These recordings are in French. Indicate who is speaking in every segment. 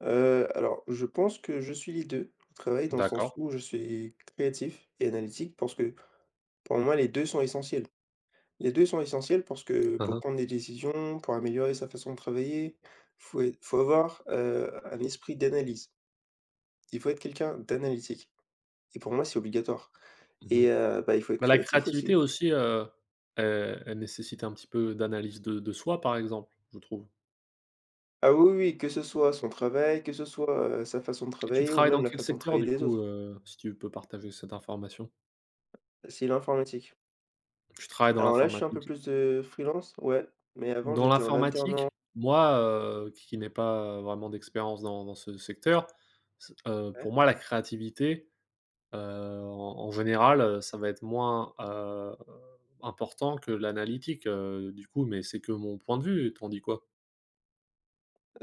Speaker 1: Alors, je pense que je suis les 2, au travail, dans le sens
Speaker 2: D'accord.
Speaker 1: où je suis créatif et analytique parce que, pour moi, les 2 sont essentiels. Les 2 sont essentiels parce que
Speaker 2: Hein,
Speaker 1: pour
Speaker 2: hein.
Speaker 1: prendre des décisions, pour améliorer sa façon de travailler, faut avoir, un esprit d'analyse. Il faut être quelqu'un d'analytique et pour moi, c'est obligatoire
Speaker 2: Mmh.
Speaker 1: et bah, il faut être
Speaker 2: Bah, la
Speaker 1: créatif
Speaker 2: créativité
Speaker 1: aussi.
Speaker 2: aussi, elle nécessite un petit peu d'analyse de soi, par exemple, je trouve.
Speaker 1: Ah oui, oui, que ce soit son travail, que ce soit, sa façon de
Speaker 2: Tu
Speaker 1: travailler ou
Speaker 2: travailles
Speaker 1: même
Speaker 2: dans
Speaker 1: la
Speaker 2: quel
Speaker 1: façon de
Speaker 2: secteur
Speaker 1: travailler
Speaker 2: du
Speaker 1: des
Speaker 2: coup,
Speaker 1: autres.
Speaker 2: si tu peux partager cette information?
Speaker 1: C'est l'informatique.
Speaker 2: Tu travailles dans
Speaker 1: Alors là, je suis un peu
Speaker 2: l'informatique?
Speaker 1: plus, de freelance, ouais, mais avant
Speaker 2: Dans
Speaker 1: j'étais en
Speaker 2: l'informatique,
Speaker 1: alternant
Speaker 2: moi, qui n'ai pas, vraiment d'expérience dans ce secteur, c
Speaker 1: ouais,
Speaker 2: pour moi la créativité, en général, ça va être moins, important que l'analytique, du coup, mais c'est que mon point de vue, t'en dis quoi?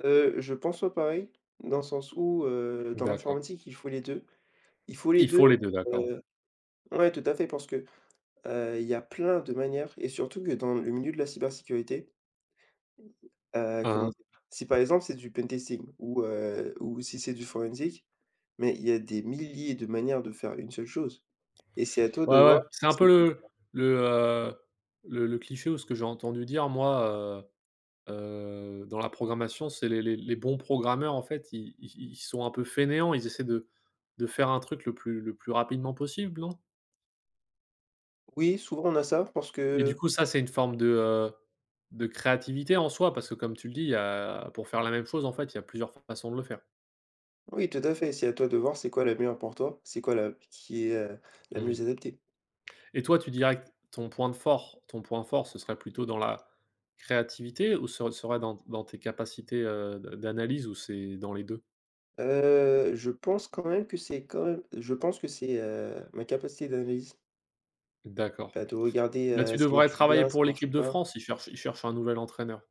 Speaker 1: je pense pas pareil, dans le sens où, dans
Speaker 2: D'accord.
Speaker 1: l'informatique, il faut les 2. Il faut les
Speaker 2: Il
Speaker 1: 2.
Speaker 2: faut les 2, d'accord.
Speaker 1: heu ouais, tout à fait, parce que, il y a plein de manières et surtout que dans le milieu de la cybersécurité,
Speaker 2: Hein,
Speaker 1: comment
Speaker 2: hein.
Speaker 1: dire? Si par exemple c'est du pentesting ou si c'est du forensique, mais il y a des milliers de manières de faire une seule chose et c'est à toi de
Speaker 2: Ouais,
Speaker 1: voir.
Speaker 2: ouais, c'est un
Speaker 1: C'est
Speaker 2: peu
Speaker 1: que
Speaker 2: le cliché ou ce que j'ai entendu dire moi, heu dans la programmation, c'est les bons programmeurs en fait, ils sont un peu fainéants, ils essaient de faire un truc le plus rapidement possible, non?
Speaker 1: Oui, souvent on a ça parce
Speaker 2: Et du
Speaker 1: que
Speaker 2: coup ça, c'est une forme de, créativité en soi parce que comme tu le dis, il y a pour faire la même chose en fait, il y a plusieurs façons de le faire.
Speaker 1: oui, tout à fait, c'est à toi de voir c'est quoi la meilleure pour toi, c'est quoi la qui est, la
Speaker 2: Mmh.
Speaker 1: mieux adaptée.
Speaker 2: Et toi, tu dirais que ton point fort, ce serait plutôt dans la créativité ou ce serait dans tes capacités, d'analyse ou c'est dans les deux.
Speaker 1: Je pense quand même que c'est quand même je pense que c'est, ma capacité d'analyse,
Speaker 2: D'accord.
Speaker 1: bah, de regarder,
Speaker 2: Bah, tu
Speaker 1: ce qui
Speaker 2: devrais
Speaker 1: marche
Speaker 2: travailler
Speaker 1: bien, ce qui
Speaker 2: pour l'équipe
Speaker 1: marche
Speaker 2: de
Speaker 1: pas.
Speaker 2: France, ils cherchent un nouvel entraîneur,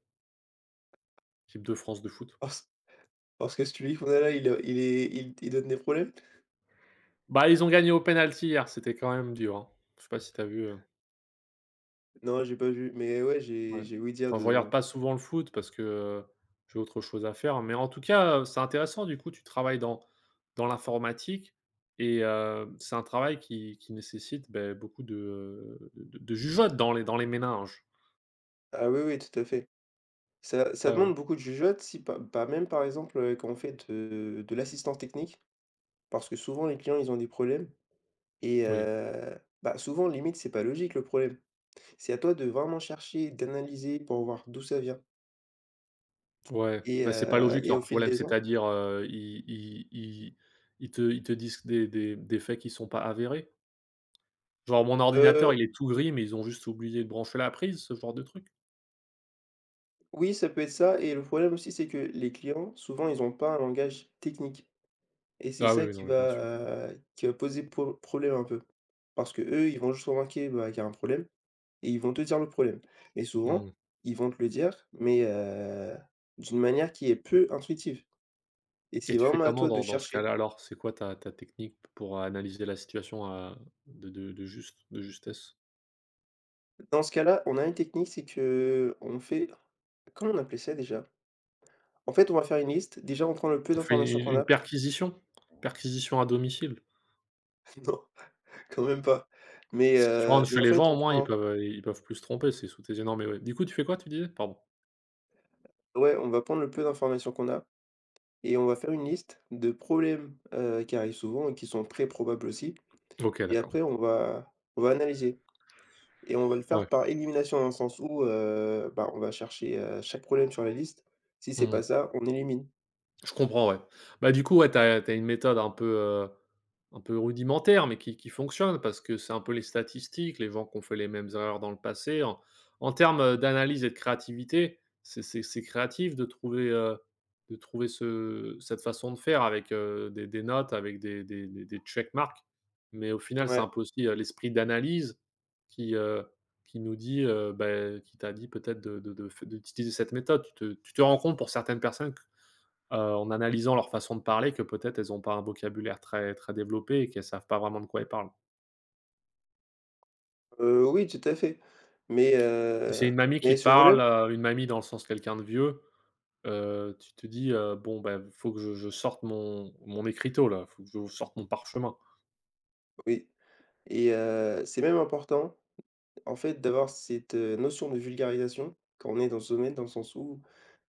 Speaker 2: l'équipe de France de foot.
Speaker 1: Parce Parce que celui qu'on a là, il est il donne des problèmes?
Speaker 2: Bah, ils ont gagné au penalty hier, c'était quand même dur, hein. Je sais pas si t'as vu,
Speaker 1: Non, j'ai pas vu, mais ouais, j'ai
Speaker 2: Ouais.
Speaker 1: j'ai ouï dire
Speaker 2: Enfin, je regarde
Speaker 1: de.
Speaker 2: pas souvent le foot parce que, j'ai autre chose à faire, mais en tout cas, c'est intéressant du coup, tu travailles dans l'informatique et c'est un travail qui nécessite, beaucoup de, de jugeote dans les méninges.
Speaker 1: Ah oui, oui, tout à fait. Ça
Speaker 2: Ouais, ouais,
Speaker 1: demande beaucoup de jugeote si pas bah, même par exemple, quand on fait de l'assistance technique, parce que souvent les clients, ils ont des problèmes. Et
Speaker 2: oui.
Speaker 1: bah, souvent limite c'est pas logique le problème. C'est à toi de vraiment chercher, d'analyser pour voir d'où ça vient
Speaker 2: Ouais,
Speaker 1: et
Speaker 2: bah, c'est pas logique
Speaker 1: au
Speaker 2: leur
Speaker 1: fil
Speaker 2: problème,
Speaker 1: des ans.
Speaker 2: c'est-à-dire, ils te disent des faits qui sont pas avérés? Genre mon
Speaker 1: heu,
Speaker 2: ordinateur, il est tout gris, mais ils ont juste oublié de brancher la prise, ce genre de truc?
Speaker 1: oui, ça peut être ça, et le problème aussi c'est que les clients souvent ils ont pas un langage technique et c'est
Speaker 2: Ah oui,
Speaker 1: ça
Speaker 2: oui, non, mais bien sûr.
Speaker 1: qui va poser problème un peu. Parce que eux ils vont juste remarquer, bah, qu'il y a un problème et ils vont te dire le problème et souvent
Speaker 2: Mmh.
Speaker 1: ils vont te le dire, mais d'une manière qui est peu intuitive et
Speaker 2: Et
Speaker 1: c'est
Speaker 2: tu fais
Speaker 1: vraiment à
Speaker 2: comment
Speaker 1: toi de
Speaker 2: dans ce
Speaker 1: chercher.
Speaker 2: cas-là alors? C'est quoi ta technique pour analyser la situation à de justesse?
Speaker 1: Dans ce cas-là, on a une technique, c'est que on fait, comment on appelait ça déjà? En fait, on va faire une liste. Déjà, on prend le peu
Speaker 2: On fait
Speaker 1: d'informations
Speaker 2: une
Speaker 1: qu'on a.
Speaker 2: perquisition? Perquisition à domicile?
Speaker 1: Non, quand même pas. Mais,
Speaker 2: Si tu rentres chez
Speaker 1: en
Speaker 2: les
Speaker 1: fait,
Speaker 2: gens
Speaker 1: on
Speaker 2: au moins ils
Speaker 1: prend
Speaker 2: peuvent, plus se tromper, c'est sous tes yeux. Non mais ouais. Du coup tu fais quoi tu disais? Pardon.
Speaker 1: ouais, on va prendre le peu d'informations qu'on a et on va faire une liste de problèmes, qui arrivent souvent et qui sont très probables aussi,
Speaker 2: OK,
Speaker 1: et
Speaker 2: d'accord.
Speaker 1: après on va analyser et on va le
Speaker 2: Ouais.
Speaker 1: faire par élimination dans le sens où, bah, on va chercher, chaque problème sur la liste. Si c'est pas
Speaker 2: Mmh.
Speaker 1: ça, on élimine.
Speaker 2: Je comprends, ouais. Bah, du coup ouais, t'as une méthode un peu, euh, Un peu rudimentaire, mais qui fonctionne parce que c'est un peu les statistiques, les gens qui ont fait les mêmes erreurs dans le passé. En termes, d'analyse et de créativité, c'est créatif de trouver, ce cette façon de faire avec, des notes, avec des check marks. Mais au final, c'est un
Speaker 1: Ouais.
Speaker 2: peu aussi, l'esprit d'analyse qui, heu, qui nous dit, qui t'a dit peut-être de f d'utiliser cette méthode. Tu te rends compte pour certaines personnes, en analysant leur façon de parler, que peut-être elles ont pas un vocabulaire très développé et qu'elles savent pas vraiment de quoi elles parlent.
Speaker 1: Oui, tout à fait, mais
Speaker 2: Si c'est
Speaker 1: heu,
Speaker 2: une mamie
Speaker 1: mais
Speaker 2: qui te
Speaker 1: ce problème
Speaker 2: parle, une mamie dans le sens quelqu'un de vieux, tu te dis, «Bon, ben faut que je sorte mon écriteau là, faut que je sorte mon parchemin».
Speaker 1: oui, et c'est même important, en fait, d'avoir cette, notion de vulgarisation quand on est dans ce domaine, dans le sens où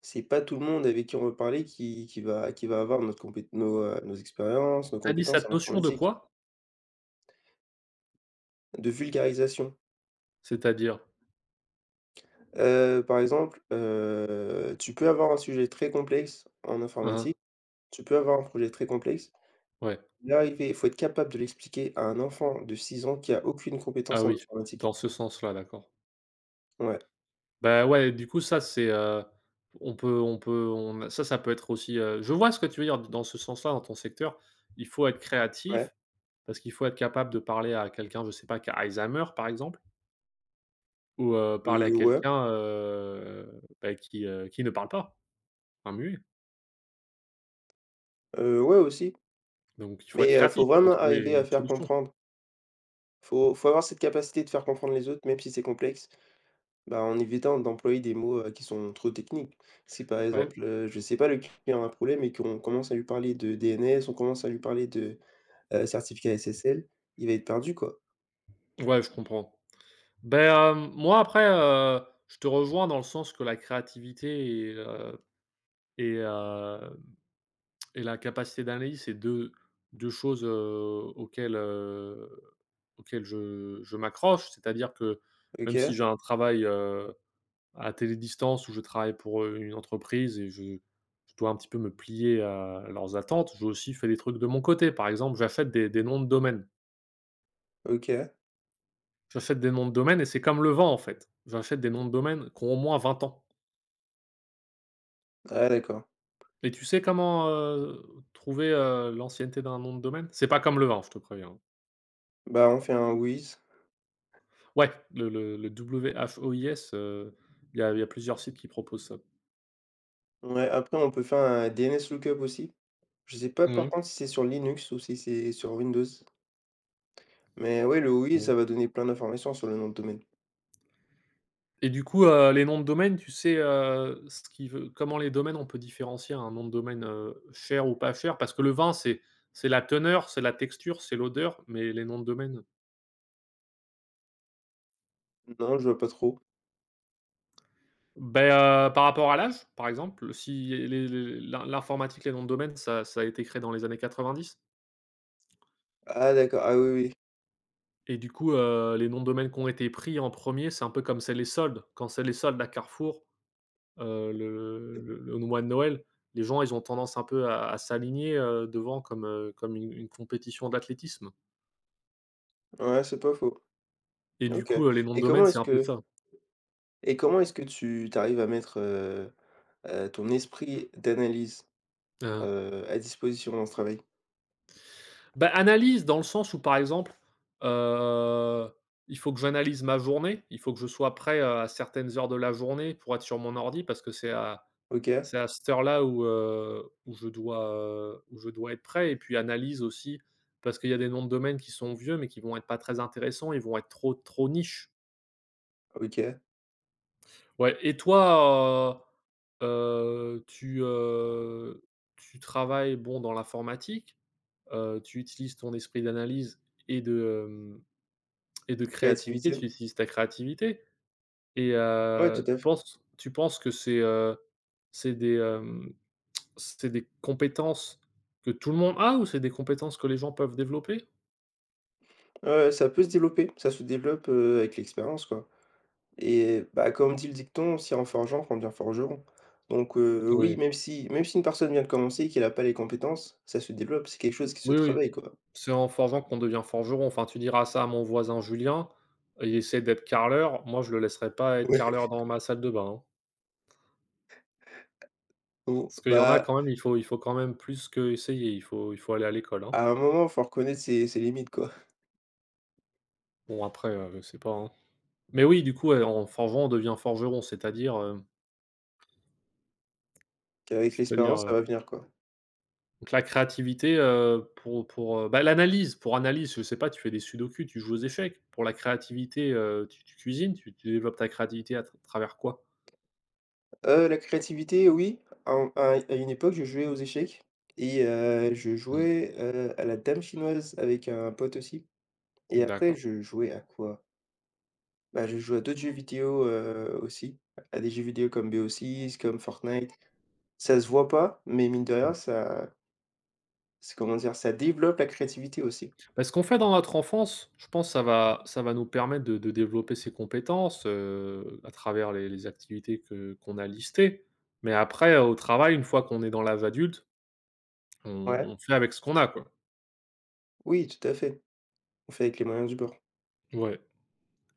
Speaker 1: c'est pas tout le monde avec qui on va parler qui va avoir nos expériences, nos
Speaker 2: Tu dit
Speaker 1: compétences
Speaker 2: cette
Speaker 1: en
Speaker 2: notion de
Speaker 1: informatique,
Speaker 2: quoi?
Speaker 1: de vulgarisation.
Speaker 2: C'est-à-dire?
Speaker 1: Par exemple, tu peux avoir un sujet très complexe en informatique,
Speaker 2: Mmh.
Speaker 1: tu peux avoir un projet très complexe,
Speaker 2: Ouais.
Speaker 1: y arriver, il faut être capable de l'expliquer à un enfant de 6 ans qui a aucune
Speaker 2: Ah
Speaker 1: compétence en
Speaker 2: oui,
Speaker 1: informatique.
Speaker 2: dans ce sens-là, d'accord.
Speaker 1: Ouais,
Speaker 2: Bah, ouais, du coup ça c'est, on peut on peut on a- ça peut être aussi, je vois ce que tu veux dire dans ce sens-là, dans ton secteur. Il faut être
Speaker 1: ouais,
Speaker 2: créatif. Parce qu'il faut être capable de parler à quelqu'un, je sais pas, qui a Alzheimer, par exemple, ou, parler à
Speaker 1: ouais,
Speaker 2: quelqu'un, bah, qui ne parle pas, un muet.
Speaker 1: ouais aussi,
Speaker 2: Donc il faut
Speaker 1: mais
Speaker 2: être
Speaker 1: faut
Speaker 2: créatif, il faut
Speaker 1: vraiment
Speaker 2: trouver
Speaker 1: arriver à
Speaker 2: une
Speaker 1: faire
Speaker 2: solution.
Speaker 1: comprendre. Faut avoir cette capacité de faire comprendre les autres, même si c'est complexe, bah, en évitant d'employer des mots, qui sont trop techniques. Si par
Speaker 2: Ouais,
Speaker 1: exemple, je sais pas, le client a un problème et qu'on commence à lui parler de DNS, on commence à lui parler de certificat SSL, il va être perdu, quoi.
Speaker 2: ouais, je comprends. Ben, hem, moi après, je te rejoins dans le sens que la créativité et heu et la capacité d'analyse, c'est deux choses, auxquelles, je m'accroche. C'est-à-dire que même si
Speaker 1: OK.
Speaker 2: j'ai un travail, à télédistance où je travaille pour, une entreprise, et je dois un petit peu me plier à leurs attentes. J'ai aussi fait des trucs de mon côté. Par exemple, j'achète des noms de domaine.
Speaker 1: OK.
Speaker 2: J'achète des noms de domaine et c'est comme le vent en fait. J'achète des noms de domaine qui ont au moins 20 ans
Speaker 1: Ah d'accord.
Speaker 2: et tu sais comment, trouver, l'ancienneté d'un nom de domaine? C'est pas comme le vent, je te préviens.
Speaker 1: Bah, on fait un WHOIS.
Speaker 2: Ouais, le WHOIS, il y a plusieurs sites qui proposent ça.
Speaker 1: Ouais, après on peut faire un DNS lookup aussi. Je sais pas par
Speaker 2: Oui.
Speaker 1: contre si c'est sur Linux ou si c'est sur Windows. Mais ouais, le WHOIS, ça
Speaker 2: Oui.
Speaker 1: va donner plein d'informations sur le nom de domaine.
Speaker 2: Et du coup, les noms de domaine, tu sais, ce qui veut comment les domaines, on peut différencier un nom de domaine, cher ou pas cher? Parce que le vin, c'est la teneur, c'est la texture, c'est l'odeur, mais les noms de domaine?
Speaker 1: Non, je vois pas trop.
Speaker 2: Ben, par rapport à l'âge, par exemple, si les les l'in l'informatique, les noms de domaine, ça a été créé dans les années 90
Speaker 1: Ah d'accord, ah oui,
Speaker 2: et du coup, les noms de domaine qui ont été pris en premier, c'est un peu comme c'est les soldes. Quand c'est les soldes à Carrefour,
Speaker 1: oui.
Speaker 2: le mois de Noël, les gens, ils ont tendance un peu à s'aligner, devant comme, comme une compétition d'athlétisme,
Speaker 1: Ouais, c'est pas faux.
Speaker 2: et du
Speaker 1: OK.
Speaker 2: coup, les noms de
Speaker 1: et
Speaker 2: domaine,
Speaker 1: comment
Speaker 2: c'est
Speaker 1: est-ce
Speaker 2: un peu
Speaker 1: que
Speaker 2: ça.
Speaker 1: et comment est-ce que Tu arrives à mettre, ton esprit d'analyse,
Speaker 2: Hein.
Speaker 1: à disposition dans ce travail?
Speaker 2: Bah, analyse dans le sens où, par exemple, heu, il faut que j'analyse ma journée, il faut que je sois prêt, à certaines heures de la journée pour être sur mon ordi parce que
Speaker 1: OK.
Speaker 2: c'est à cette heure-là où je dois être prêt, et puis analyse aussi parce qu'il y a des noms de domaine qui sont vieux mais qui vont être pas très intéressants, ils vont être trop niche.
Speaker 1: OK,
Speaker 2: Ouais et toi, heu heu, tu, heu, tu travailles, bon, dans l'informatique, tu utilises ton esprit d'analyse et de, hem, et de créativité,
Speaker 1: créativité.
Speaker 2: tu utilises ta créativité et
Speaker 1: Ouais, tout à
Speaker 2: tu
Speaker 1: fait.
Speaker 2: penses que c'est, c'est des, hem, c'est des compétences que tout le monde a ou c'est des compétences que les gens peuvent développer?
Speaker 1: Ouais, ouais, ça peut se développer, ça se développe, avec l'expérience, quoi, et bah, comme dit le dicton: «Si en forgeant qu'on devient forgeron». Donc oui,
Speaker 2: Oui.
Speaker 1: même si une personne vient de commencer et qu'elle a pas les compétences, ça se développe, c'est quelque chose qui se
Speaker 2: Oui, oui.
Speaker 1: travaille, quoi.
Speaker 2: C'est en forgeant qu'on devient forgeron. Enfin, tu diras ça à mon voisin Julien, il essaie d'être carreleur. Moi, je le laisserai pas être
Speaker 1: Ouais,
Speaker 2: carreleur dans ma salle de bain, hein.
Speaker 1: ou
Speaker 2: Parce qu'il y en a
Speaker 1: bah,
Speaker 2: quand même, il faut quand même plus que essayer. Il faut aller à l'école, hein.
Speaker 1: à un moment, faut reconnaître ses limites, quoi,
Speaker 2: Bon après, je sais pas, hein. Mais oui, du coup, ouais, en forgeant, on devient forgeron,
Speaker 1: qu'avec
Speaker 2: c'est-à-dire,
Speaker 1: l'expérience, ça va venir, quoi.
Speaker 2: donc la créativité, bah, l'analyse, pour analyse, je sais pas, tu fais des sudoku, tu joues aux échecs. Pour la créativité, tu cuisines, tu développes ta créativité à travers quoi?
Speaker 1: La créativité, oui. À une époque, je jouais aux échecs et je
Speaker 2: Mmh.
Speaker 1: jouais, à la dame chinoise avec un pote aussi, et après
Speaker 2: D'accord.
Speaker 1: je jouais à quoi? Bah, je jouais à d'autres jeux vidéo, aussi, à des jeux vidéo comme BO6, comme Fortnite. Ça se voit pas, mais mine de rien,
Speaker 2: Mmh.
Speaker 1: ça, c'est, comment dire? Ça développe la créativité aussi.
Speaker 2: Bah, ce qu'on fait dans notre enfance, je pense que ça va nous permettre de développer ces compétences, à travers les activités que qu'on a listées. Mais après, au travail, une fois qu'on est dans l'âge adulte, on
Speaker 1: Ouais.
Speaker 2: fait avec ce qu'on a, quoi.
Speaker 1: Oui, tout à fait. On fait avec les moyens du bord.
Speaker 2: Ouais,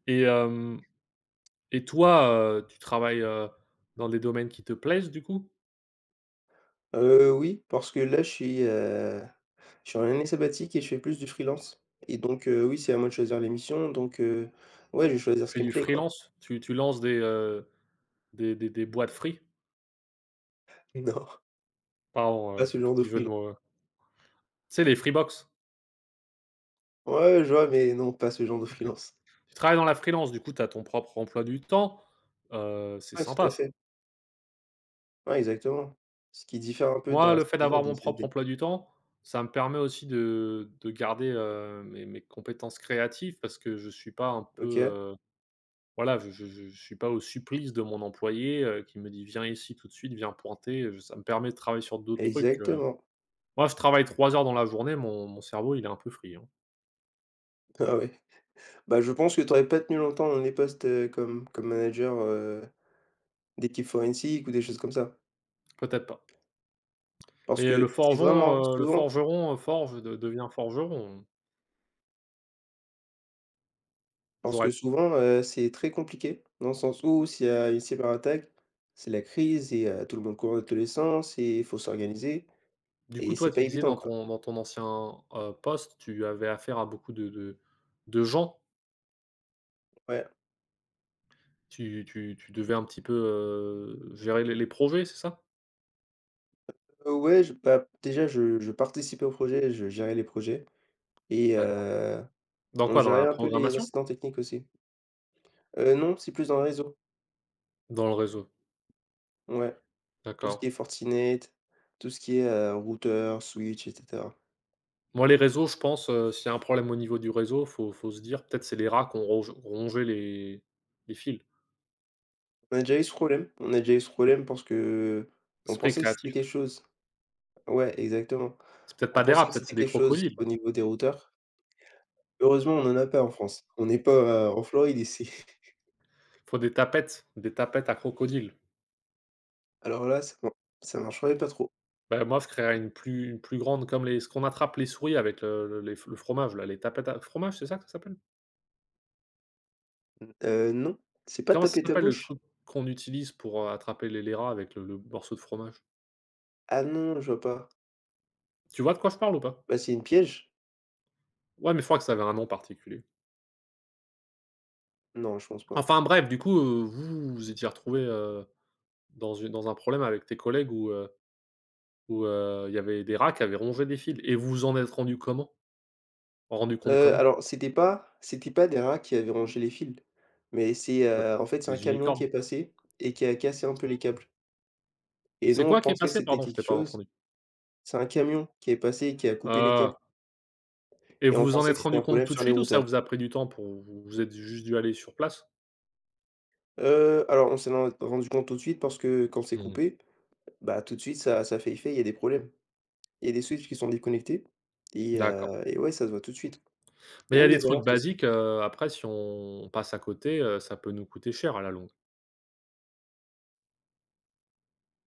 Speaker 2: et hem et toi, tu travailles, dans des domaines qui te plaisent, du coup?
Speaker 1: Oui, parce que là je suis en année sabbatique et je fais plus du freelance et donc oui, c'est à moi de choisir les missions donc ouais, je vais choisir
Speaker 2: Tu
Speaker 1: ce
Speaker 2: fais
Speaker 1: qui me
Speaker 2: du
Speaker 1: plaît, quoi.
Speaker 2: freelance? Tu lances des, des boîtes free?
Speaker 1: Non,
Speaker 2: Pardon,
Speaker 1: pas ce genre de
Speaker 2: petit jeu de
Speaker 1: freelance.
Speaker 2: mots, tu sais, les Freebox?
Speaker 1: Ouais, je vois, mais non, pas ce genre de
Speaker 2: OK.
Speaker 1: freelance.
Speaker 2: Tu travailles dans la freelance, du coup, tu as ton propre emploi du temps, c'est
Speaker 1: Ouais, tout à
Speaker 2: sympa
Speaker 1: fait.
Speaker 2: ça.
Speaker 1: Ouais, exactement. Ce qui diffère un peu
Speaker 2: Moi,
Speaker 1: d'un
Speaker 2: le fait
Speaker 1: CDI ou
Speaker 2: d'avoir
Speaker 1: d'un
Speaker 2: mon propre
Speaker 1: CDD.
Speaker 2: emploi du temps, ça me permet aussi de garder, mes compétences créatives parce que je suis pas un peu,
Speaker 1: OK,
Speaker 2: heu, voilà, je suis pas au supplice de mon employé, qui me dit: «Viens ici tout de suite, viens pointer», je ça me permet de travailler sur d'autres trucs.
Speaker 1: exactement.
Speaker 2: Moi, je travaille 3 heures dans la journée, mon cerveau, il est un peu free, hein.
Speaker 1: Ah ouais. Bah, je pense que tu aurais pas tenu longtemps dans des postes, comme manager, d'équipe forensique ou des choses comme ça.
Speaker 2: Peut-être pas.
Speaker 1: Parce
Speaker 2: Mais
Speaker 1: que c'est vraiment
Speaker 2: le
Speaker 1: souvent
Speaker 2: forgeron, forge, de devient forgeron.
Speaker 1: Parce que
Speaker 2: J'aurais
Speaker 1: souvent, c'est très compliqué, dans le sens où s'il y a une cyberattaque, c'est la crise et tout le monde court dans tous les sens et il faut s'organiser
Speaker 2: du
Speaker 1: et
Speaker 2: coup, toi,
Speaker 1: c'est pas
Speaker 2: tu disais
Speaker 1: évident,
Speaker 2: dans
Speaker 1: quoi.
Speaker 2: ton ancien, poste, tu avais affaire à beaucoup de gens.
Speaker 1: Ouais,
Speaker 2: Tu devais un petit peu, gérer les projets, c'est ça?
Speaker 1: ouais, je bah, déjà je participais au projet, je gérais les projets et
Speaker 2: D'accord. Dans
Speaker 1: on
Speaker 2: quoi? Dans
Speaker 1: gérait
Speaker 2: la
Speaker 1: un peu les
Speaker 2: programmation?
Speaker 1: incidents techniques aussi. Non, c'est plus dans le réseau.
Speaker 2: Dans le réseau,
Speaker 1: Ouais, tout ce qui
Speaker 2: d'accord.
Speaker 1: est Fortinet, tout ce qui est, routeur, switch et cetera.
Speaker 2: Moi, les réseaux, je pense, s'il y a un problème au niveau du réseau, faut se dire, peut-être c'est les rats qui ont ronge rongé les fils.
Speaker 1: On a déjà eu ce problème, on a déjà eu ce problème parce que on
Speaker 2: Esprit
Speaker 1: pensait que c'était
Speaker 2: créatif.
Speaker 1: quelque chose, ouais, exactement.
Speaker 2: C'est peut-être
Speaker 1: On
Speaker 2: pas des
Speaker 1: pensait
Speaker 2: rats,
Speaker 1: que
Speaker 2: peut-être
Speaker 1: c'était
Speaker 2: c'est des
Speaker 1: quelque chose
Speaker 2: crocodiles.
Speaker 1: au niveau des routeurs. Heureusement, on en a pas en France. On n'est pas, en Floride ici.
Speaker 2: Faut des tapettes à crocodiles.
Speaker 1: Alors là, ça marcherait pas trop.
Speaker 2: Bah, moi, je créerais une plus grande comme les ce qu'on attrape les souris avec le fromage là, les tapettes à fromage, c'est ça que ça s'appelle?
Speaker 1: Non, c'est pas
Speaker 2: Comment ça
Speaker 1: taper ta
Speaker 2: s'appelle le
Speaker 1: bouche.
Speaker 2: truc qu'on utilise pour, attraper les rats avec le morceau de fromage?
Speaker 1: Ah non, je vois pas.
Speaker 2: Tu vois de quoi je parle ou pas?
Speaker 1: Bah, c'est une piège?
Speaker 2: Ouais, mais je crois que ça avait un nom particulier.
Speaker 1: Non, je pense pas.
Speaker 2: Enfin bref, du coup, vous étiez retrouvés, dans un problème avec tes collègues où, il y avait des rats qui avaient rongé des fils et vous vous en êtes rendu comment? Rendu compte comment?
Speaker 1: Alors, c'était pas des rats qui avaient rangé les fils, mais c'est,
Speaker 2: Ouais,
Speaker 1: en fait, c'est un
Speaker 2: des
Speaker 1: camion qui
Speaker 2: unicornes.
Speaker 1: est passé et qui a cassé un peu les câbles, et nous,
Speaker 2: C'est
Speaker 1: on
Speaker 2: quoi qui est
Speaker 1: pensait que
Speaker 2: passé?
Speaker 1: c'était
Speaker 2: Pardon, je
Speaker 1: quelque
Speaker 2: t'ai pas
Speaker 1: chose.
Speaker 2: entendu.
Speaker 1: C'est un camion qui est passé et qui a coupé les
Speaker 2: Ah,
Speaker 1: câbles,
Speaker 2: et
Speaker 1: et
Speaker 2: vous
Speaker 1: on
Speaker 2: vous en
Speaker 1: pensait
Speaker 2: êtes
Speaker 1: que c'était
Speaker 2: rendu
Speaker 1: un
Speaker 2: compte
Speaker 1: problème
Speaker 2: tout de
Speaker 1: sur les
Speaker 2: suite ou ça
Speaker 1: routeurs.
Speaker 2: vous a pris du temps pour vous êtes juste dû aller sur place?
Speaker 1: Alors, on s'en est rendu compte tout de suite parce que quand c'est
Speaker 2: Mmh.
Speaker 1: coupé, bah, tout de suite ça fait effet, il y a des problèmes. Il y a des switches qui sont déconnectés, et
Speaker 2: D'accord.
Speaker 1: ouais, ça se voit tout de suite. Il
Speaker 2: Mais
Speaker 1: y
Speaker 2: il
Speaker 1: a
Speaker 2: y a
Speaker 1: même
Speaker 2: des
Speaker 1: des
Speaker 2: trucs
Speaker 1: alertes aussi.
Speaker 2: basiques, après si on passe à côté, ça peut nous coûter cher à la longue.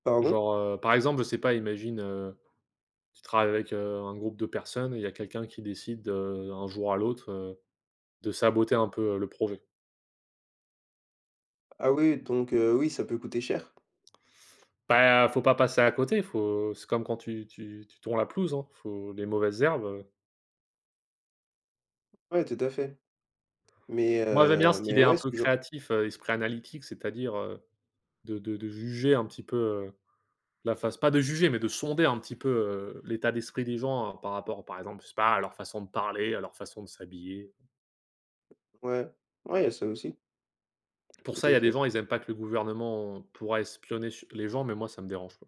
Speaker 1: Pardon?
Speaker 2: Genre, par exemple, je sais pas, Tu travailles avec, un groupe de personnes et il y a quelqu'un qui décide, d'un jour à l'autre, de saboter un peu, le projet.
Speaker 1: Ah oui, donc oui, ça peut coûter cher.
Speaker 2: Bah, faut pas passer à côté, faut c'est comme quand tu tournes la pelouse, hein, faut les mauvaises herbes.
Speaker 1: Ouais, tout à fait. Mais
Speaker 2: Moi, j'aime bien
Speaker 1: heu,
Speaker 2: cette
Speaker 1: mais
Speaker 2: idée un
Speaker 1: ouais, ce
Speaker 2: peu
Speaker 1: genre
Speaker 2: créatif, esprit analytique, c'est-à-dire, de juger un petit peu, la face pas de juger, mais de sonder un petit peu, l'état d'esprit des gens, par rapport, par exemple, je sais pas, à leur façon de parler, à leur façon de s'habiller.
Speaker 1: ouais, ouais, il y a ça aussi,
Speaker 2: Pour
Speaker 1: tout
Speaker 2: ça, il
Speaker 1: à
Speaker 2: y a des
Speaker 1: fait.
Speaker 2: gens, ils aiment pas que le gouvernement pourra espionner su les gens, mais moi ça me dérange pas.